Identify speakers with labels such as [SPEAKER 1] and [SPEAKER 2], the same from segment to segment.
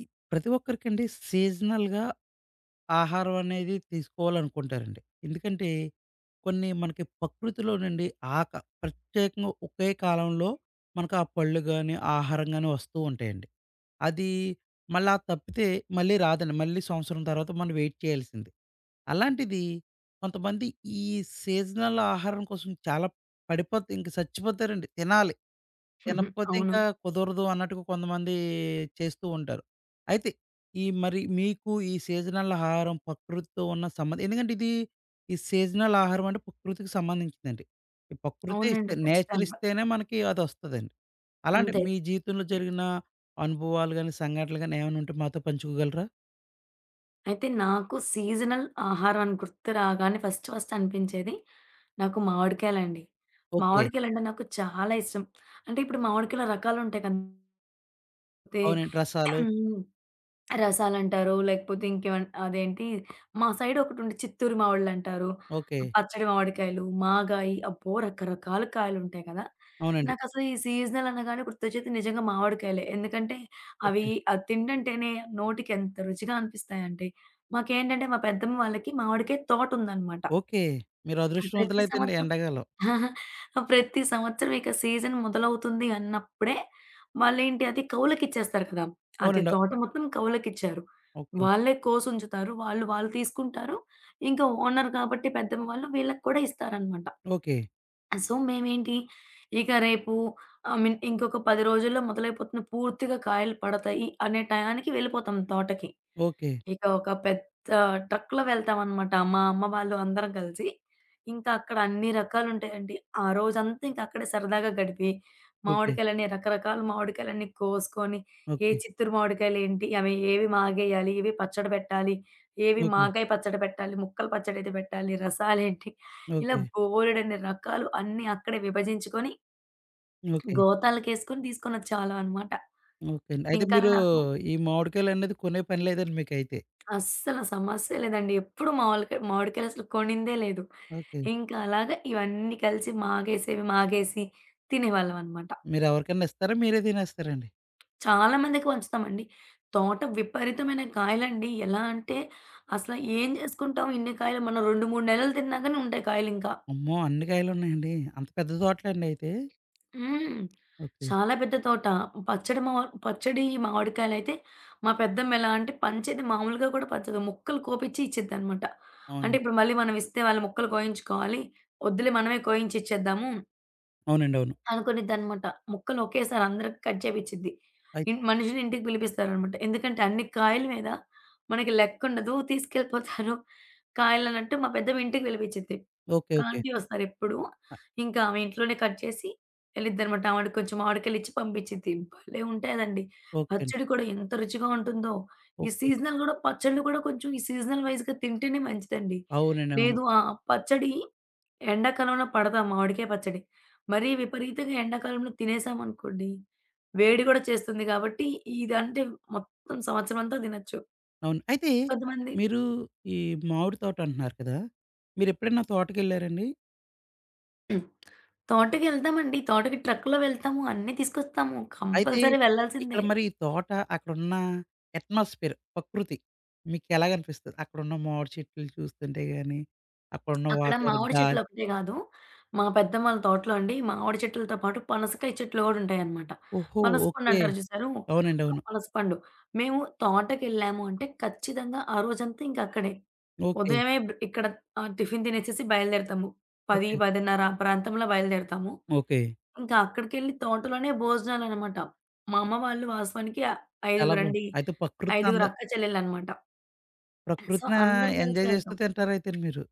[SPEAKER 1] ఈ ప్రతి ఒక్కరికండి సీజనల్‌గా ఆహారం అనేది తీసుకోవాలనుకుంటారండి. ఎందుకంటే, కొన్ని మనకి ప్రకృతిలో నుండి ఆక ప్రత్యేకంగా ఒకే కాలంలో మనకు ఆ పళ్ళు గాని, ఆహారం గాని వస్తూ ఉంటాయండి. అది మళ్ళా తప్పితే మళ్ళీ రాదండి. మళ్ళీ సంవత్సరం తర్వాత మనం వెయిట్ చేయాల్సిందే. అలాంటిది కొంతమంది ఈ సీజనల్ ఆహారం కోసం చాలా పడిపోతే ఇంక చచ్చిపోతారండి. తినాలి.
[SPEAKER 2] హుహు.
[SPEAKER 1] తినకపోతే
[SPEAKER 2] అవును.
[SPEAKER 1] ఇంకా కుదరదు అన్నట్టుగా కొంతమంది చేస్తూ ఉంటారు. అయితే ఈ మరి మీకు ఈ సీజనల్ ఆహారం ప్రకృతితో ఉన్న సంబంధం ఎందుకంటే ఇది ఈ సీజనల్ ఆహారం అంటే ప్రకృతికి సంబంధించిందండి. ఈ ప్రకృతే
[SPEAKER 2] అవునండి.
[SPEAKER 1] ఇస్తే నేచర్
[SPEAKER 2] ఖచ్చితంగా.
[SPEAKER 1] ఇస్తేనే మనకి అదొస్తదండి. అలాంటి
[SPEAKER 2] అంతే.
[SPEAKER 1] మీ జీవితంలో జరిగిన అనుభవాలు గాని, సంఘటనలు గాని ఏమైనా ఉంటే మాతో పంచుకోగలరా?
[SPEAKER 2] అయితే నాకు సీజనల్ ఆహారం అని గుర్తు రాగానే ఫస్ట్ ఫస్ట్ అనిపించేది నాకు మామిడికాయలండి.
[SPEAKER 1] ఓకే.
[SPEAKER 2] మామిడికాయలంటే నాకు చాలా ఇష్టం. అంటే ఇప్పుడు మామిడికాయలో రకాలుంటాయి కదా! అయితే
[SPEAKER 1] అవునండి. రసాలు.
[SPEAKER 2] రసాలంటారు. లేకపోతే ఇంకేమన్ అదేంటి మా సైడ్ ఒకటుంది చిత్తూరు మావిళ్ళంటారు.
[SPEAKER 1] ఓకే.
[SPEAKER 2] పచ్చడి మామిడికాయలు, మాగాయి అబ్బో! రకరకాల కాయలుంటాయి కదా!
[SPEAKER 1] అవునండి.
[SPEAKER 2] నాకసలు ఈ సీజనల్ అనగానే గుర్తొచ్చేది నిజంగా మామిడికాయలే. ఎందుకంటే అవి
[SPEAKER 1] ఓకే.
[SPEAKER 2] అది తింటంటేనే నోటికి ఎంత రుచిగా అనిపిస్తాయంటే. మాకేంటంటే మా పెద్దమ్మ వాళ్ళకి మామిడికాయ తోటుందనమాట.
[SPEAKER 1] ఓకే. మీరు
[SPEAKER 2] ప్రతి
[SPEAKER 1] అదృష్టవంతులైతేండి
[SPEAKER 2] సంవత్సరం
[SPEAKER 1] ఎండాకాలం.
[SPEAKER 2] ప్రతి సంవత్సరం ఇక సీజన్ మొదలవుతుంది అన్నప్పుడే వాళ్ళేంటి అది కౌలుకిచ్చేస్తారు కదా! అది
[SPEAKER 1] అవునండి.
[SPEAKER 2] తోట మొత్తం కౌలుకిచ్చారు.
[SPEAKER 1] ఓకే.
[SPEAKER 2] వాళ్ళే కోసుంచుతారు. వాళ్ళు వాళ్ళు తీసుకుంటారు. ఇంకా ఓనర్ కాబట్టి పెద్దమ్మ వాళ్ళు వీళ్ళకి కూడా ఇస్తారనమాట.
[SPEAKER 1] ఓకే.
[SPEAKER 2] సో, మేమేంటి ఇక రేపు ఐ మీన్ ఇంకొక 10 రోజుల్లో మొదలైపోతుంది. పూర్తిగా కాయలు పడతాయి అనే టయానికి వెళ్ళిపోతాం తోటకి.
[SPEAKER 1] ఓకే.
[SPEAKER 2] ఇక ఒక పెద్ద ట్రక్‌లో వెళ్తామనమాట. మా అమ్మ వాళ్ళు అందరం కలిసి. ఇంకా అక్కడ అన్ని రకాలుంటాయండి. ఆ రోజంతా ఇంక అక్కడే సరదాగా గడిపి,
[SPEAKER 1] ఓకే.
[SPEAKER 2] మామిడికాయలని రకరకాల మామిడికాయలన్నీ కోసుకొని, ఏ
[SPEAKER 1] ఓకే.
[SPEAKER 2] చిత్తూరు మామిడికాయలేంటి, అవి ఏవి మాగేయాలి, ఇవి పచ్చడి పెట్టాలి, ఏవి
[SPEAKER 1] ఓకే.
[SPEAKER 2] మాగాయి పచ్చడి పెట్టాలి, ముక్కలు పచ్చడైతే పెట్టాలి, రసాలేంటి, ఇలా
[SPEAKER 1] ఓకే.
[SPEAKER 2] బోలెడన్ని రకాలు అన్నీ అక్కడే విభజించుకొని,
[SPEAKER 1] ఓకే.
[SPEAKER 2] గోతాలకేసుకొని తీసుకొనొచ్చేవాళ్ళం అనమాట.
[SPEAKER 1] ఓకే అండి. అయితే
[SPEAKER 2] ఇంక అలా
[SPEAKER 1] మీరు
[SPEAKER 2] నాకు
[SPEAKER 1] ఈ మామిడికాయలనేది కొనే పని లేదండి మీకైతే.
[SPEAKER 2] అస్సల సమస్య లేదండి. ఎప్పుడు మావొలకాయ మామిడికాయలసలు కొనిందే లేదు.
[SPEAKER 1] ఓకే.
[SPEAKER 2] ఇంకా అలాగా ఇవన్నీ కలిసి మాగేసేవి మాగేసి తినేవాళ్ళమనమాట.
[SPEAKER 1] మీరెవరికన్నా ఇస్తారా? మీరే తినేస్తారండి?
[SPEAKER 2] చాలా మందికి పంచుతామండి. తోట విపరీతమైన కాయలండి. ఎలా అంటే అసల ఏం జేసుకుంటాం ఇన్ని కాయలు? మనం 2, 3 నెలలు తిన్నా గాని ఉంటాయి కాయలింకా.
[SPEAKER 1] అమ్మో! అన్ని కాయలున్నాయండి. అంత పెద్ద తోటలా అండి అయితే?
[SPEAKER 2] హ్మ్.
[SPEAKER 1] ఓకే.
[SPEAKER 2] చాలా పెద్ద తోట. పచ్చడి మావ పచ్చడి మామిడికాయలైతే మా పెద్దమ్మ ఎలా అంటే పంచేది మామూలుగా కూడా పంచదు. ముక్కలు కోపిచ్చి ఇచ్చిద్దనమాట. అంటే
[SPEAKER 1] అవునండి.
[SPEAKER 2] ఇప్పుడు మళ్ళీ మనం ఇస్తే వాళ్ళు ముక్కలు కోయించుకోవాలి. వద్దులే మనమే కోయించి ఇచ్చేద్దాము.
[SPEAKER 1] అవునండి. అవును.
[SPEAKER 2] అనుకునిద్దనమాట. ముక్కలు ఒకేసారి అందరికి కట్ చేపిచ్చిద్ది.
[SPEAKER 1] అయితే
[SPEAKER 2] ఇన్ మనిషిని ఇంటికి పిలిపిస్తారనమాట. ఎందుకంటే అన్ని కాయల మీద మనకి లెక్కుండదు. తీసుకెళ్ళిపోతారు కాయలనంటూ మా పెద్దమ్మ ఇంటికి పిలిపిచ్చిద్ది.
[SPEAKER 1] ఓకే.
[SPEAKER 2] ఒక
[SPEAKER 1] ఓకే.
[SPEAKER 2] ఆంటీ వస్తారెప్పుడు.
[SPEAKER 1] ఆ!
[SPEAKER 2] ఇంకా ఆమె ఇంట్లోనే కట్ చేసి వెళ్ళిద్దనమాట. ఆవిడకి కొంచెం మామిడికాయలిచ్చి పంపిచ్చిద్ది. భలే ఉంటాదండి.
[SPEAKER 1] ఓకే అండి.
[SPEAKER 2] పచ్చడి కూడా ఎంత రుచిగా ఉంటుందో. ఈ
[SPEAKER 1] ఓకే.
[SPEAKER 2] సీజనల్ గూడా పచ్చళ్ళు కూడా కొంచెం ఈ సీజనల్ వైస్‌గా తింటేనే మంచిదండి.
[SPEAKER 1] అవునండి. అవును.
[SPEAKER 2] లేదు ఆ పచ్చడి ఎండాకాలంలో పడతాం మామిడికాయ పచ్చడి. మరీ విపరీతంగా ఎండాకాలంలో తినేసామనుకోండి, వేడి
[SPEAKER 1] ఓకే.
[SPEAKER 2] గూడా చేస్తుంది గాబట్టి, ఇదంటే మొత్తం సంవత్సరం అంతా తినొచ్చు.
[SPEAKER 1] అవును. అయితే
[SPEAKER 2] కొంతమంది
[SPEAKER 1] మీరు ఈ మామిడి తోట అంటున్నారు కదా! మీరెప్పుడైనా తోటకెళ్లారండి?
[SPEAKER 2] తోటకెళ్తామండి. తోటకి ట్రక్‌లో వెళ్తాము. అన్నీ తీసుకొస్తాము.
[SPEAKER 1] అయితే
[SPEAKER 2] కంపల్సరీ
[SPEAKER 1] ఇక్కడ
[SPEAKER 2] వెళ్ళాల్సిందే.
[SPEAKER 1] మరి తోట అక్కడున్న అట్మాస్ఫియర్ ప్రకృతి మీకెలాగనిపిస్తది? అక్కడున్న మామిడి చెట్లు చూస్తుంటే గాని, అక్కడున్న
[SPEAKER 2] అక్కడ
[SPEAKER 1] వాతావరణం
[SPEAKER 2] మామిడి చెట్లు
[SPEAKER 1] గాలి
[SPEAKER 2] ఒకటే గాదు. మా పెద్దమ్మ వాళ్ళ తోటలో అండి మామిడి చెట్లతో పాటు పనసకాయ చెట్లు గూడా ఉంటాయన్నమాట.
[SPEAKER 1] ఓహో!
[SPEAKER 2] పనసపండు
[SPEAKER 1] ఓకే.
[SPEAKER 2] అంటారు చూసారు?
[SPEAKER 1] అవునండి.
[SPEAKER 2] ఆ
[SPEAKER 1] అవును.
[SPEAKER 2] పనసపండు. మేము తోటకెళ్ళాము అంటే ఖచ్చితంగా ఆ రోజంతా ఇంక అక్కడే.
[SPEAKER 1] ఓకే.
[SPEAKER 2] ఉదయమే ఇక్కడ టిఫిన్ తినేసేసి బయలుదేరతాము. 10,
[SPEAKER 1] ఓకే.
[SPEAKER 2] 10:30 ఆ ప్రాంతంలో బయలుదేరతాము.
[SPEAKER 1] ఓకే.
[SPEAKER 2] ఇంకా అక్కడికెళ్ళి తోటలోనే భోజనాలనమాట. మా అమ్మ వాళ్ళు వాస్తవానికి
[SPEAKER 1] చాలా బావుంది.
[SPEAKER 2] ఐదుగురండి.
[SPEAKER 1] అయితే
[SPEAKER 2] ఐదుగురు అక్క చెల్లెళ్ళనమాట. సో,
[SPEAKER 1] ప్రకృతిని
[SPEAKER 2] అందరం కలిసి
[SPEAKER 1] ఎంజాయ్ చేస్తూ
[SPEAKER 2] వెళ్తాం.
[SPEAKER 1] తింటారైతేను మీరు.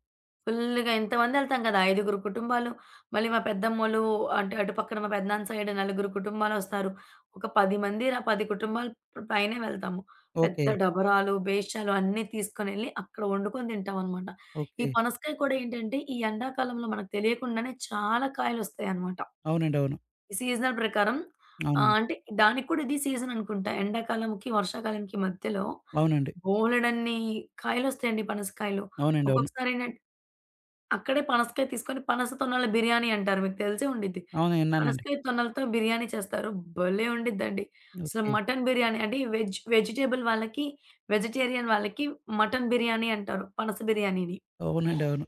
[SPEAKER 2] ఫుల్‌గా ఇంతమందెళ్తాం కదా! ఐదుగురు కుటుంబాలు. మళ్ళీ మా పెద్దమ్మోళ్ళు అంటే అటు పక్కన మా పెదనాన్న సైడ్ నలుగురు కుటుంబాలొస్తారు. ఒక 10 మంది 10 కుటుంబాల పైనే వెళ్తాము. పెద్ద
[SPEAKER 1] ఓకే.
[SPEAKER 2] డబరాలు, బేషాలు అన్నీ తీసుకొనెళ్ళి అక్కడ వండుకొని తింటామనమాట. ఈ
[SPEAKER 1] ఓకే.
[SPEAKER 2] పనసకాయ కూడా ఏంటంటే ఈ ఎండాకాలంలో మనకు తెలియకుండానే చాలా కాయలొస్తాయనమాట.
[SPEAKER 1] అవునండి. అవును.
[SPEAKER 2] ఈ సీజనల్ ప్రకారం
[SPEAKER 1] అవునండి.
[SPEAKER 2] అంటే దానికి కూడా ఇది సీజన్ అనుకుంటా. ఎండాకాలంకి, వర్షాకాలంకి మధ్యలో
[SPEAKER 1] అవునండి.
[SPEAKER 2] బోలెడన్ని కాయలొస్తాయండి పనసకాయలు.
[SPEAKER 1] అవునండి. అవును.
[SPEAKER 2] ఒక్కొక్కసారేంటంటే అక్కడే పనసకాయ తీసుకొని పనస తొన్నల బిర్యానీ అంటారు. మీకు తెలిసే ఉండిద్ది.
[SPEAKER 1] అవును. విన్నానండి.
[SPEAKER 2] పనసకాయ తొన్నలతో బిర్యానీ చేస్తారు. భలే! ఉండిద్దండి. అసలు
[SPEAKER 1] ఓకే.
[SPEAKER 2] మటన్ బిర్యానీ అంటే వెజ్ వెజిటబుల్ వాళ్ళకి, వెజిటేరియన్ వాళ్ళకి మటన్ బిర్యానీ అంటారు. పనస బిర్యానీని.
[SPEAKER 1] అవునండి. అవును.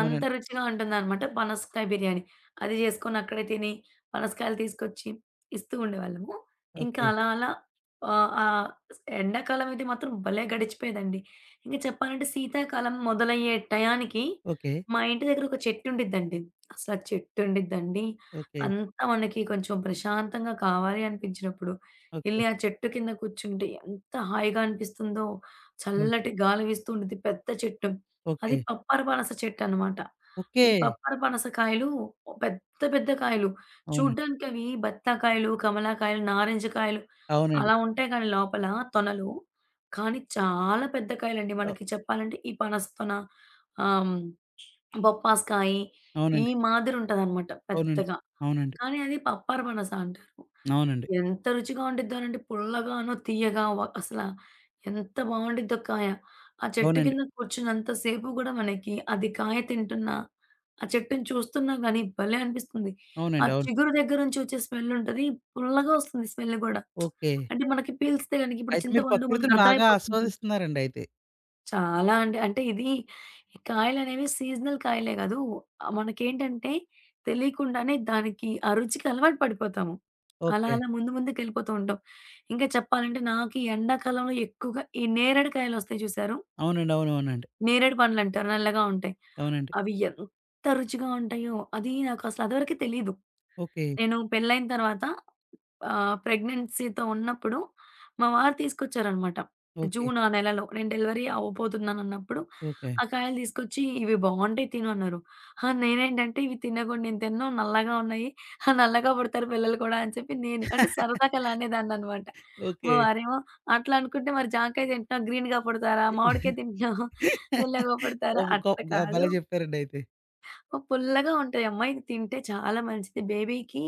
[SPEAKER 2] అంత రుచిగా ఉంటుందనమాట పనసకాయ బిర్యానీ. అది జేసుకొని అక్కడే తిని, పనసకాయలు తీసుకొచ్చి ఇస్తూ ఉండేవాళ్ళము. ఇంకా
[SPEAKER 1] ఓకే.
[SPEAKER 2] అలా అలా ఆహ్, ఆహ్, ఎండాకాలం అయితే మాత్రం భలే గడిచిపోయేదండి. ఇంకా చెప్పాలంటే శీతాకాలం మొదలయ్యే టయానికి
[SPEAKER 1] ఓకే.
[SPEAKER 2] మా ఇంటి దగ్గర ఒక చెట్టు ఉండిద్దండి. అసలు ఆ చెట్టు ఉండిద్దండి.
[SPEAKER 1] ఓకే.
[SPEAKER 2] అంతా మనకి కొంచెం ప్రశాంతంగా కావాలి అనిపించినప్పుడు
[SPEAKER 1] ఓకే.
[SPEAKER 2] ఎళ్లి ఆ చెట్టు కింద కూర్చుంటే ఎంత హాయిగా అనిపిస్తుందో.
[SPEAKER 1] ఓహ్!
[SPEAKER 2] చల్లటి గాలి వీస్తూ ఉండిద్ది. పెద్ద చెట్టు. అది
[SPEAKER 1] ఓకే.
[SPEAKER 2] పప్పర పనస చెట్టన్నమాట.
[SPEAKER 1] ఓకే.
[SPEAKER 2] ఈ పప్పర పనస కాయలు పెద్ద పెద్ద కాయలు.
[SPEAKER 1] అవునండి.
[SPEAKER 2] చూడ్డానికి అవి బత్తాకాయలు, కమలాకాయలు, నారింజ కాయలు
[SPEAKER 1] అవునండి.
[SPEAKER 2] అలా ఉంటాయి కానీ లోపల తొనలు. కానీ చాలా పెద్ద కాయలండి.
[SPEAKER 1] అ
[SPEAKER 2] మనకి చెప్పాలంటే ఈ పనస తొన, ఆహ్, బొప్పాస్కాయి ఈ
[SPEAKER 1] అవునండి.
[SPEAKER 2] మాదిరి ఉంటదన్నమాట
[SPEAKER 1] అవునండి.
[SPEAKER 2] పెద్దగా.
[SPEAKER 1] అవునండి.
[SPEAKER 2] కానీ అది పప్పర పనస అంటారు.
[SPEAKER 1] అవునండి.
[SPEAKER 2] ఎంత రుచిగా ఉండిద్దోనండి. పుల్లగాను, తియ్యగా వ అసల ఎంత బావుండిద్దో కాయ. ఆ చెట్టు
[SPEAKER 1] అవునండి.
[SPEAKER 2] కింద కూర్చున్నంత సేపు గూడా మనకి అది కాయ తింటున్నా, ఆ చెట్టుని చూస్తున్నా గానీ భలే అనిపిస్తుంది. ఆ
[SPEAKER 1] అవునండి. అవును.
[SPEAKER 2] చిగురు దగ్గర నుంచి వచ్చే స్మెల్ ఉంటది. పుల్లగా వస్తుంది స్మెల్ గూడా.
[SPEAKER 1] ఓకే.
[SPEAKER 2] అంటే మనకి పీల్స్తే గనక ఇప్పుడు
[SPEAKER 1] అయితే మీరు
[SPEAKER 2] చింతపండు
[SPEAKER 1] ప్రకృతిని బాగా
[SPEAKER 2] మనకర్థమైపోతుంది.
[SPEAKER 1] ఆస్వాదిస్తున్నారండి అయితే.
[SPEAKER 2] చాలా అండి. అంటే ఇది కాయలనేవి సీజనల్ కాయలే కాదు. మనకేంటంటే తెలియకుండానే దానికి ఆ రుచికి అలవాటు పడిపోతాము. అలా
[SPEAKER 1] ఓకే.
[SPEAKER 2] అలా ముందు ముందుకెళ్ళిపోతూ ఉంటాం. ఇంకా చెప్పాలంటే నాకు ఈ ఎండాకాలంలో ఎక్కువగా ఈ నేరేడు కాయలొస్తాయి చూసారు?
[SPEAKER 1] అవునండి. అవును. అవునండి.
[SPEAKER 2] నేరేడు పండ్లంటారు నల్లగా ఉంటాయి.
[SPEAKER 1] అవునండి.
[SPEAKER 2] అవి ఎంత రుచిగా ఉంటాయో! అది నాకసలు అదివరకే తెలీదు.
[SPEAKER 1] ఓకే.
[SPEAKER 2] నేను పెళ్లయిన తర్వాత ప్రెగ్నెన్సీతో ఉన్నప్పుడు మా వారు తీసుకొచ్చారనమాట.
[SPEAKER 1] ఓకే.
[SPEAKER 2] జూన్ ఆ నెలలో నేను డెలివరీ అవ్వబోతున్నానన్నప్పుడు
[SPEAKER 1] ఓకే.
[SPEAKER 2] ఆ కాయలు తీసుకొచ్చి "ఇవి బావుంటాయి తిను" అన్నారు. నేనేంటంటే ఇవి తినగూడదు నేను తినను నల్లగా ఉన్నాయి. నల్లగా పుడతారు పిల్లలు కూడా అని చెప్పి నేను అంటే సరదాగా అలా అనేదాన్ననమాట. మా
[SPEAKER 1] ఓకే.
[SPEAKER 2] వారేమో "అట్లా అనుకుంటే మరి జాంకాయ తింటున్నావు గ్రీన్‌గా పుడతారా? మామిడికాయ తింటున్నావు పుల్లగా పుడతారా?
[SPEAKER 1] ఓహ్! గొ
[SPEAKER 2] అట్లా
[SPEAKER 1] గొ
[SPEAKER 2] కాదు.
[SPEAKER 1] భలే చెప్పారండి అయితే.
[SPEAKER 2] ఓ పుల్లగా ఉంటాయమ్మా ఇది తింటే చాలా మంచిది. బేబీకి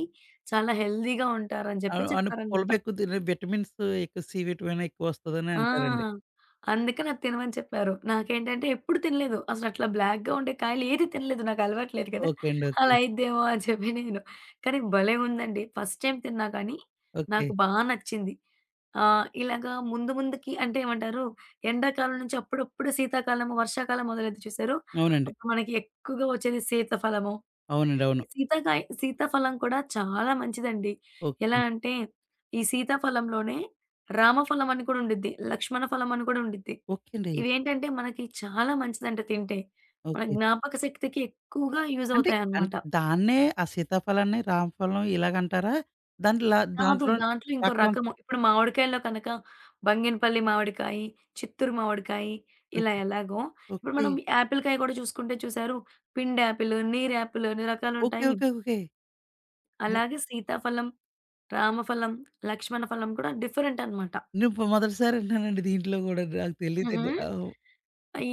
[SPEAKER 2] చాలా హెల్తీగా ఉంటారు" అని చెప్పి
[SPEAKER 1] అను అను
[SPEAKER 2] చెప్పారనమాట.
[SPEAKER 1] పులప ఎక్కువ తిని విటమిన్స్ ఎక్కువ సి విటమిన్ ఎక్కువ వస్తదని
[SPEAKER 2] ఆ!
[SPEAKER 1] అంటారండి.
[SPEAKER 2] అందుకని అది తినమని చెప్పారు. నాకేంటంటే ఎప్పుడు తినలేదు. అసలట్లా బ్లాక్‌గా ఉండే కాయలు ఏది తినలేదు. నాకు అలవాటు లేదు కదా!
[SPEAKER 1] ఓకే అండి.
[SPEAKER 2] అలా
[SPEAKER 1] ఓకే.
[SPEAKER 2] అయిద్దేమో అని చెప్పి నేను. కానీ భలే ఉందండి. ఫస్ట్ టైమ్ తిన్నా కానీ
[SPEAKER 1] ఓకే.
[SPEAKER 2] నాకు బా నచ్చింది. ఇలాగా ముందు ముందుకి అంటే ఏమంటారు? ఎండాకాలం నుంచి అప్పుడప్పుడు శీతాకాలము, వర్షాకాలం మొదలైద్ది చూసారు?
[SPEAKER 1] అవునండి.
[SPEAKER 2] అప్పుడు మనకి ఎక్కువగా వచ్చేది సీతఫలము.
[SPEAKER 1] అవునండి. అవును.
[SPEAKER 2] సీతాకాయ సీతాఫలం కూడా చాలా మంచిదండి.
[SPEAKER 1] ఓకే
[SPEAKER 2] ఎలా
[SPEAKER 1] అండి.
[SPEAKER 2] అంటే, ఈ సీతాఫలంలోనే రామఫలం అని కూడా ఉండిద్ది. లక్ష్మణ ఫలం అని కూడా ఉండిద్ది.
[SPEAKER 1] ఓకే అండి.
[SPEAKER 2] ఇవేంటంటే మనకి చాలా మంచిదంట తింటే. మన
[SPEAKER 1] ఓకే.
[SPEAKER 2] జ్ఞాపక శక్తికి ఎక్కువగా యూజ్
[SPEAKER 1] అంటే
[SPEAKER 2] అవుతాయన్నమాట.
[SPEAKER 1] అంటే దాన్నే ఆ సీతాఫలాన్ని, రామఫలం ఇలాగంటారా? దాంట్ల
[SPEAKER 2] కాదు
[SPEAKER 1] దాంట్లో
[SPEAKER 2] దాంట్లో ఇంకో
[SPEAKER 1] రకాలు
[SPEAKER 2] రకము. ఇప్పుడు మామిడికాయల్లో కనుక బంగినపల్లి మామిడికాయి, చిత్తూరు మామిడికాయి ఇలా
[SPEAKER 1] ఓకే.
[SPEAKER 2] ఎలాగో, ఇప్పుడు
[SPEAKER 1] ఓకే.
[SPEAKER 2] మనం యాపిల్ కాయ కూడా చూసుకుంటే చూసారు. పిండి యాపిల్, నీరు యాపిల్ అన్ని
[SPEAKER 1] ఓకే.
[SPEAKER 2] రకాలుంటాయి.
[SPEAKER 1] ఓకే. ఓకే. నే
[SPEAKER 2] అలాగే సీతాఫలం, రామఫలం, లక్ష్మణ ఫలం కూడా డిఫరెంట్ అన్నమాట.
[SPEAKER 1] నేను ఇప్పుడు మొదటిసారి వింటున్నానండి దీంట్లో గూడా నాకు
[SPEAKER 2] హుహు.
[SPEAKER 1] తెలీదండి. ఆ!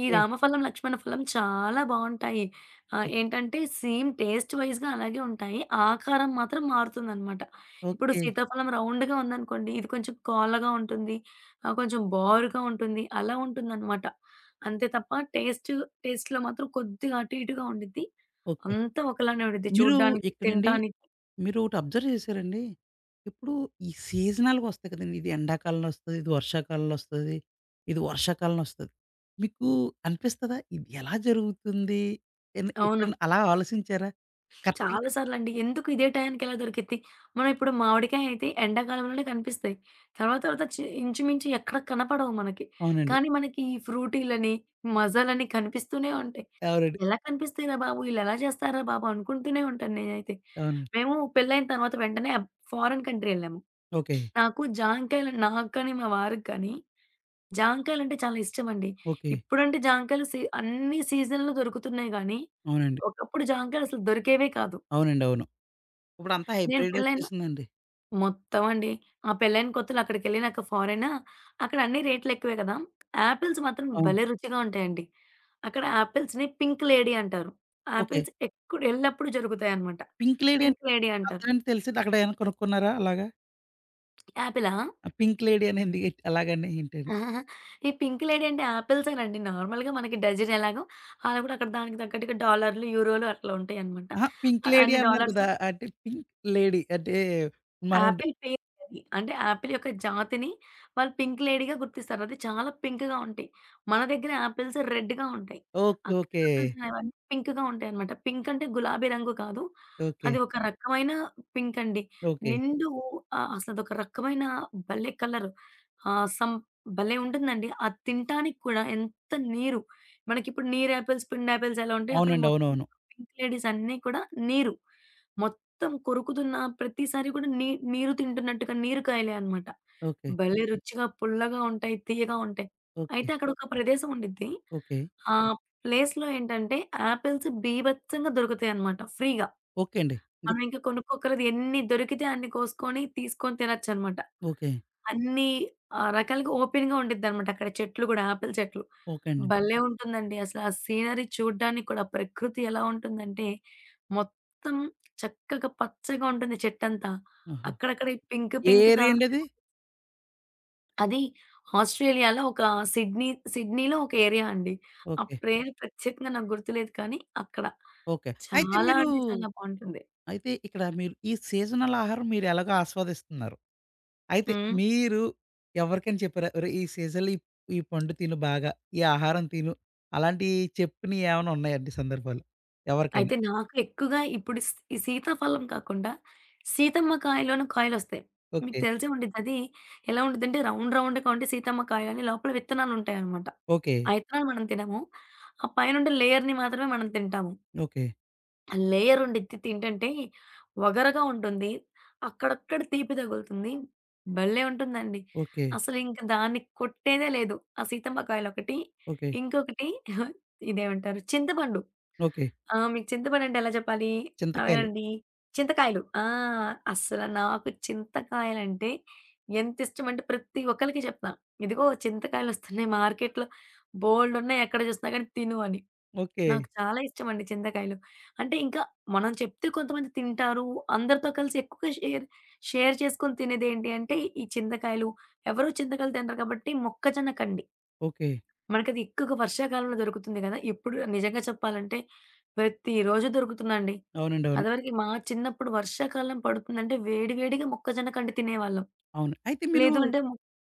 [SPEAKER 2] ఈ రామఫలం, లక్ష్మణ ఫలం చాలా బావుంటాయి. ఏంటంటే సేమ్ టేస్ట్ వైస్‌గా అలాగే ఉంటాయి. ఆకారం మాత్రం మారుతుందన్నమాట. ఇప్పుడు
[SPEAKER 1] ఓకే.
[SPEAKER 2] సీతాఫలం రౌండ్‌గా ఉందనుకోండి, ఇది కొంచెం కోలగా ఉంటుంది. కొంచెం బారుగా ఉంటుంది. అలా ఉంటుందన్నమాట. అంతే తప్ప టేస్ట్ టేస్ట్‌లో మాత్రం కొద్దిగా అటు ఇటుగా ఉండిద్ది.
[SPEAKER 1] ఓకే.
[SPEAKER 2] అంతా ఒకలానే ఉండిద్ది
[SPEAKER 1] మీరు
[SPEAKER 2] చూడ్డానికి,
[SPEAKER 1] ఇక్కడండి
[SPEAKER 2] తినటానికి.
[SPEAKER 1] మీరు ఒకటి అబ్జర్వ్ చేశారండి? ఇప్పుడు ఈ సీజనల్‌గా వస్తాయి కదండీ! ఇది ఎండాకాలంలో వస్తది, ఇది వర్షాకాలంలో వస్తది, ఇది వర్షాకాలంలో వస్తది. మీకు అనిపిస్తదా? ఇది ఎలా జరుగుతుంది?
[SPEAKER 2] అవును.
[SPEAKER 1] ఎప్పుడైనా అలా ఆలోచించారా? కరెక్ట్‌గా
[SPEAKER 2] చాలా సార్లండి. ఎందుకు ఇదే టయానికిలా దొరికిద్ది? మనం ఇప్పుడు మామిడికాయ అయితే ఎండాకాలంలోనే కనిపిస్తాయి. తర్వాత తర్వాత చి ఇంచుమించు ఎక్కడ కనపడవు మనకి.
[SPEAKER 1] అవునండి.
[SPEAKER 2] కానీ మనకి ఈ ఫ్రూటీలని, మజాలని కనిపిస్తూనే ఉంటాయి.
[SPEAKER 1] ఎవరండి?
[SPEAKER 2] ఎలా కనిపిస్తాయిరా బాబు! ఈళ్ళెలా చేస్తారా బాబు! అనుకుంటూనే ఉంటాను నేనైతే.
[SPEAKER 1] అవునండి.
[SPEAKER 2] మేము పెళ్ళైన తర్వాత వెంటనే ఫారెన్ కంట్రీ ఎళ్ళాము.
[SPEAKER 1] ఓకే.
[SPEAKER 2] నాకు జాంకాయలు నాకు కానీ, మా వారికి కానీ జాంకాయలంటే చాలా ఇష్టమండి.
[SPEAKER 1] ఓకే.
[SPEAKER 2] ఇప్పుడంటే జాంకాయలు అన్ని సీజన్‌లో దొరుకుతున్నాయి గానీ,
[SPEAKER 1] అవునండి.
[SPEAKER 2] ఒకప్పుడు జాంకాయలసలు దొరికేవే కాదు.
[SPEAKER 1] అవునండి. అవును. ఇప్పుడంతా
[SPEAKER 2] నేను
[SPEAKER 1] హైబ్రిడ్
[SPEAKER 2] పెళ్ళైన
[SPEAKER 1] ఒచ్చేసిందండి.
[SPEAKER 2] మొత్తం అండి. ఆ పెళ్ళైన కొత్తలో అక్కడికెళ్ళినాక ఫారెన్ అక్కడ అన్ని రేట్లు ఎక్కువే కదా! ఆపిల్స్ మాత్రం
[SPEAKER 1] అవును.
[SPEAKER 2] భలే రుచిగా ఉంటాయండి. అక్కడ ఆపిల్స్‌ని పింక్ లేడీ అంటారు.
[SPEAKER 1] ఓకే.
[SPEAKER 2] ఆపిల్స్ ఎప్పుడు ఎల్లప్పుడూ జరుగుతాయన్నమాట.
[SPEAKER 1] పింక్ లేడీ అంటే
[SPEAKER 2] పింక్ లేడీ అంటారు.
[SPEAKER 1] అర్థమేంటో తెలిసింది. అక్కడ ఏమైనా కొనుక్కున్నారా అలాగా?
[SPEAKER 2] ఆపిలా?
[SPEAKER 1] ఆ పింక్ లేడీ అని ఎందుకు అలాగని ఏంటని?
[SPEAKER 2] ఆహాహా! ఈ పింక్ లేడీ అంటే ఆపిల్సేనండి. నార్మల్‌గా మనకి డజన్ ఎలాగో అలా కూడా అక్కడ దానికి తగ్గట్టుగా డాలర్‌లు, యూరోలు అట్లా ఉంటాయన్నమాట.
[SPEAKER 1] అహా! పింక్ లేడీ
[SPEAKER 2] అన్ని
[SPEAKER 1] అన్నారు
[SPEAKER 2] డాలర్స్
[SPEAKER 1] కదా! అంటే పింక్ లేడీ అంటే మనం
[SPEAKER 2] యాపిల్ పేరది. అంటే యాపిల్ యొక్క జాతిని వాళ్ళు పింక్ లేడీగా గుర్తిస్తారు. అది చాలా పింక్‌గా ఉంటాయి. మన దగ్గర యాపిల్స్ రెడ్‌గా ఉంటాయి.
[SPEAKER 1] ఓకే.
[SPEAKER 2] అక్కడ
[SPEAKER 1] ఓకే.
[SPEAKER 2] యాపిల్స్ అనేవన్నీ పింక్‌గా ఉంటాయన్నమాట. పింక్ అంటే గులాబీ రంగు కాదు.
[SPEAKER 1] ఓకే.
[SPEAKER 2] అది ఒక రకమైన పింక్ అండి.
[SPEAKER 1] ఓకే.
[SPEAKER 2] నిండు అసలదొక రకమైన భలే కలరు. ఆహ్, సం భలే ఉంటుందండి. అది తింటానికి కూడా ఎంత నీరు. మనకిప్పుడు నీరు యాపిల్స్, పిండి యాపిల్స్ ఎలా ఉంటాయో అక్కడ
[SPEAKER 1] అవునండి.
[SPEAKER 2] మొత్తం
[SPEAKER 1] అవునవును.
[SPEAKER 2] పింక్ లేడీస్ అన్నీ కూడా నీరు. మొత్తం కొరుకుతున్న ప్రతిసారి కూడా నీ నీరు తింటున్నట్టుగా నీరు కాయలే అన్నమాట.
[SPEAKER 1] ఓకే.
[SPEAKER 2] భలే రుచిగా పుల్లగా ఉంటాయి, తీయగా ఉంటాయి.
[SPEAKER 1] ఓకే.
[SPEAKER 2] అయితే అక్కడొక ప్రదేశం ఉండిద్ది.
[SPEAKER 1] ఓకే.
[SPEAKER 2] ఆ ప్లేస్‌లో ఏంటంటే ఆపిల్స్ బీభత్సంగా దొరుకుతాయన్నమాట ఫ్రీగా.
[SPEAKER 1] ఓకే అండి. ఇంక
[SPEAKER 2] మనం ఇంకా కొనుక్కోక్కర్లేదు ఎన్ని దొరికితే అన్ని కోసుకొని, తీసుకొని తినొచ్చన్నమాట.
[SPEAKER 1] ఓకే.
[SPEAKER 2] అన్ని రకాలుగా ఓపెన్‌గా ఉండిద్దనమాట. అక్కడ చెట్లు గూడా ఆపిల్ చెట్లు.
[SPEAKER 1] ఓకే అండి.
[SPEAKER 2] భలే ఉంటుందండి. అసలు ఆ సీనరీ చూడ్డానికి కూడా ప్రకృతి ఎలా ఉంటుందంటే, మొత్తం చక్కగా పచ్చగా ఉంటుంది చెట్టంతా.
[SPEAKER 1] ఆహా!
[SPEAKER 2] అక్కడక్కడ ఈ పింక్
[SPEAKER 1] ఏ
[SPEAKER 2] పింక్‌గా
[SPEAKER 1] ఏరియా అండి అది?
[SPEAKER 2] అది ఆస్ట్రేలియాలో ఒక సిడ్నీ సిడ్నీలో ఒక ఏరియా అండి. ఆ
[SPEAKER 1] ఓకే.
[SPEAKER 2] పేరు ప్రత్యేకంగా నాకు గుర్తులేదు కానీ అక్కడ.
[SPEAKER 1] ఓకే. అయితే
[SPEAKER 2] చాలా
[SPEAKER 1] మీరు
[SPEAKER 2] అంటే చాలా బావుంటుంది.
[SPEAKER 1] అయితే ఇక్కడ మీరు ఈ సీజనల్ ఆహారం మీరెలాగో ఆస్వాదిస్తున్నారు. అయితే
[SPEAKER 2] హ్మ్.
[SPEAKER 1] మీరు ఎవరికైనా చెప్పారా? "ఒరేయ్! ఈ సీజన్‌లో ఈ ఈ పండు తిను బాగా. ఈ ఆహారం తిను." అలాంటియి చెప్పినయి ఏమైనా ఉన్నాయండి సందర్భాలు? ఎవరికైనా?
[SPEAKER 2] అయితే నాకు ఎక్కువగా ఇప్పుడు ఈ సీతాఫలం కాకుండా సీతమ్మ కాయలోని కాయలొస్తాయి. మీకు
[SPEAKER 1] ఓకే.
[SPEAKER 2] తెలిసే ఉండిద్దది. ఎలా ఉండిద్దంటే రౌండ్ రౌండ్‌గా ఉండి సీతమ్మ కాయలని లోపల విత్తనాలుంటాయనమాట.
[SPEAKER 1] ఓకే.
[SPEAKER 2] ఆ విత్తనాలు మనం తినము. ఆ పైనుండే లేయర్‌ని మాత్రమే మనం తింటాము.
[SPEAKER 1] ఓకే.
[SPEAKER 2] ఆ లేయర్ ఉండిద్ది తింటంటే వగరగా ఉంటుంది. అక్కడక్కడ తీపి తగులుతుంది. భలే! ఉంటుందండి.
[SPEAKER 1] ఓకే.
[SPEAKER 2] అసలింక దాన్ని కొట్టేదే లేదు. ఆ సీతమ్మ కాయలొకటి.
[SPEAKER 1] ఓకే.
[SPEAKER 2] ఇంకొకటి ఇదేమంటారు చింతపండు.
[SPEAKER 1] ఓకే.
[SPEAKER 2] ఆ! మీకు చింతపండంటే ఎలా చెప్పాలి?
[SPEAKER 1] చింతకాయలు.
[SPEAKER 2] అవేనండి. చింతకాయలు. ఆ! అస్సల నాకు చింతకాయలంటే ఎంతిష్టమంటే ప్రతి ఒక్కళ్ళకి చెప్తా. ఇదిగో చింతకాయలొస్తున్నాయి మార్కెట్‌లో బోలెడున్నాయి ఎక్కడ చూసినా గానీ తిను అని.
[SPEAKER 1] ఓకే.
[SPEAKER 2] నాకు చాలా ఇష్టమండి చింతకాయలు. అంటే ఇంకా మనం చెప్తే కొంతమంది తింటారు. అందరితో కలిసి ఎక్కువగా షేర్ షేర్ చేసుకొని తినేదేంటి అంటే ఈ చింతకాయలు. ఎవరు చింతకాయలు తినరు కాబట్టి మొక్కజొన్న కండి.
[SPEAKER 1] ఓకే.
[SPEAKER 2] మనకది ఎక్కువగా వర్షాకాలంలో దొరుకుతుంది గదా! ఇప్పుడు నిజంగా చెప్పాలంటే ప్రతిరోజు దొరుకుతుందండి.
[SPEAKER 1] అవునండి. అవును.
[SPEAKER 2] అదివరకి మా చిన్నప్పుడు వర్షాకాలం పడుతుందంటే వేడి వేడిగా మొక్కజొన్న కండి తినేవాళ్ళం.
[SPEAKER 1] అవును. అయితే
[SPEAKER 2] లేదు అంటే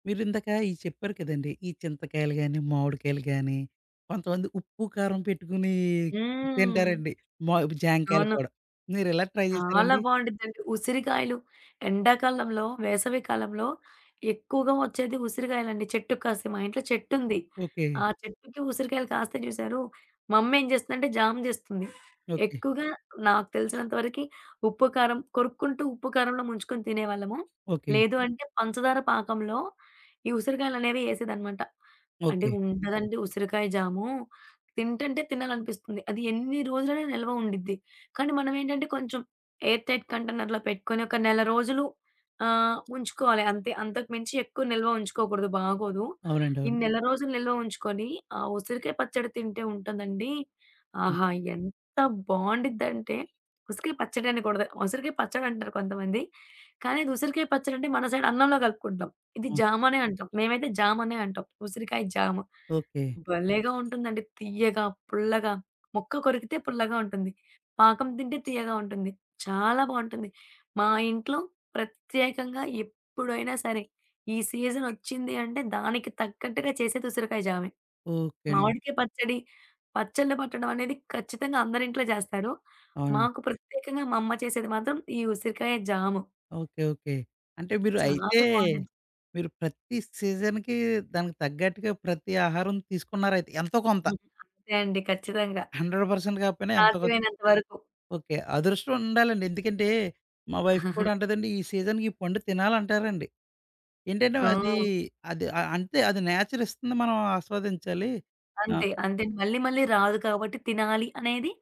[SPEAKER 1] మీరిందాక ఇయి చెప్పారు కదండీ! ఈ చింతకాయలు గాని, మామిడికాయలు గాని, కొంతమంది ఉప్పు, కారం పెట్టుకొని
[SPEAKER 2] హ్మ్.
[SPEAKER 1] తింటారండి. మా జాంకాయలు
[SPEAKER 2] అవును.
[SPEAKER 1] కూడా. మీరెలా ట్రై
[SPEAKER 2] చాలా
[SPEAKER 1] చేశారండి?
[SPEAKER 2] బావుండిద్దండి. ఉసిరికాయలు ఎండాకాలంలో, వేసవి కాలంలో ఎక్కువగా వచ్చేది ఉసిరికాయలండి. చెట్టుకి కాస్తాయి. మా ఇంట్లో చెట్టుంది.
[SPEAKER 1] ఓకే.
[SPEAKER 2] ఆ చెట్టుకి ఉసిరికాయలు కాస్తాయి చూసారు, మమ్మేం చేస్తుందంటే జామ్ చేస్తుంది.
[SPEAKER 1] ఓకే.
[SPEAKER 2] ఎక్కువగా నాకు తెలిసినంత వరకి ఉప్పు, కారం కొరుక్కుంటూ ఉప్పు, కారంలో ముంచుకొని తినేవాళ్ళము.
[SPEAKER 1] ఓకే.
[SPEAKER 2] లేదు అంటే పంచదార పాకంలో ఈ ఉసిరికాయలనేవి ఏసేదనమాట. అంటే
[SPEAKER 1] ఓకే.
[SPEAKER 2] ఉంటదండి ఉసిరికాయ జాము. తింటంటే తినాలనిపిస్తుంది. అది ఎన్ని రోజులైనా నిల్వ ఉండిద్ది. కానీ మనమేంటంటే కొంచెం ఎయిర్ టైట్ కంటైనర్‌లో పెట్టుకొని ఒక నెల రోజులు ఉంచుకోవాలి అంతే. అంతకు మించి ఎక్కువ నిల్వ ఉంచుకోకూడదు బాగోదు.
[SPEAKER 1] అవునండి.
[SPEAKER 2] ఈ
[SPEAKER 1] అవును.
[SPEAKER 2] నెల రోజులు నిల్వ ఉంచుకొని, ఆ ఉసిరికాయ పచ్చడి తింటే ఉంటదండి.
[SPEAKER 1] హ్మ్.
[SPEAKER 2] ఆహా! ఎంత బావుండిద్దంటే ఉసిరికాయ పచ్చడి అనకూడదు. ఉసిరికాయ పచ్చడి అంటారు కొంతమంది. కానీ అది ఉసిరికాయ పచ్చడి అంటే మన సైడ్ అన్నంలో కలుపుకుంటాం. ఇది
[SPEAKER 1] ఆ!
[SPEAKER 2] జామనే అంటాం. మేమైతే జామనే అంటాం. ఉసిరికాయ జామ.
[SPEAKER 1] ఓకే.
[SPEAKER 2] భలేగా ఉంటుందండి. తియ్యగా, పుల్లగా. ముక్క కొరికితే పుల్లగా ఉంటుంది. పాకం తింటే తియ్యగా ఉంటుంది. చాలా బావుంటుంది. మా ఇంట్లో ప్రత్యేకంగా ఎప్పుడైనా సరే, ఈ సీజనొచ్చింది అంటే దానికి తగ్గట్టుగా చేసేది ఉసిరికాయ జామే.
[SPEAKER 1] ఓకే అండి.
[SPEAKER 2] మామిడికాయ పచ్చడి, పచ్చళ్ళు పట్టడం అనేది ఖచ్చితంగా అందరింట్లో చేస్తారు.
[SPEAKER 1] అవునండి.
[SPEAKER 2] మాకు ప్రత్యేకంగా మా అమ్మ చేసేది మాత్రం ఈ ఉసిరికాయ జాము.
[SPEAKER 1] ఓకే. ఓకే. అంటే మీరు
[SPEAKER 2] చాలా
[SPEAKER 1] అయితే
[SPEAKER 2] బావుండిద్ది.
[SPEAKER 1] మీరు ప్రతి సీజన్‌కి దానికి తగ్గట్టుగా ప్రతి ఆహారం తీసుకున్నారైతే ఎంతో కొంత.
[SPEAKER 2] అంతే అండి. ఖచ్చితంగా.
[SPEAKER 1] 100% కాకపోయినా ఎంతో
[SPEAKER 2] సాధ్యమైనంత వరకు.
[SPEAKER 1] ఓకే. అదృష్టం ఉండాలండి. ఎందుకంటే, మా వైఫ్ కూడా అంటదండి, "ఈ సీజన్‌కి ఈ పండు తినాలంటారండి." ఏంటంటే
[SPEAKER 2] ఆ!
[SPEAKER 1] అది, అది ఆహ్, అంతే అది నేచర్ ఇస్తుంది. మనం ఆస్వాదించాలి. ఆ!
[SPEAKER 2] అంతే. అంతే. మళ్ళీ మళ్ళీ రాదు కాబట్టి తినాలి అనేది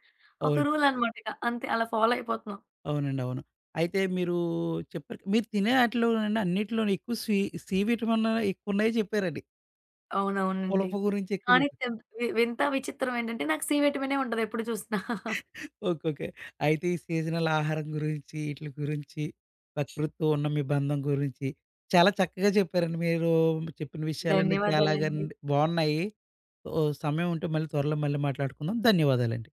[SPEAKER 2] ఒక
[SPEAKER 1] అవును.
[SPEAKER 2] రూల్ అనమాట ఇక. అంతే అలా ఫాలో అయిపోతున్నాం.
[SPEAKER 1] అవునండి. అవును. అయితే మీరు చెప్పారు. మీరు తినే ఆటిలోనండి అన్నిటిలోని ఎక్కువ సి సి విటమిన్ ఎక్కువున్నాయో చెప్పారండి.
[SPEAKER 2] అవునవునండి.
[SPEAKER 1] పులప గురించి ఎక్కువ
[SPEAKER 2] కానీ
[SPEAKER 1] చెప్పారు.
[SPEAKER 2] తెం వింత విచిత్రం ఏంటంటే నాకు సి విటమినే ఉండదు ఎప్పుడు చూసినా.
[SPEAKER 1] ఓకే. ఓకే. అయితే ఈ సీజనల్ ఆహారం గురించి, ఈటిల గురించి, ప్రకృతితో ఉన్న మీ బంధం గురించి చాలా చక్కగా చెప్పారండి. మీరు చెప్పిన విషయాలన్నీ చాలాగా
[SPEAKER 2] ధన్యవాదాలండి.
[SPEAKER 1] బావున్నాయి. ఓ సమయం ఉంటే మళ్ళీ త్వరలో మళ్ళీ మాట్లాడుకుందాం. ధన్యవాదాలండి.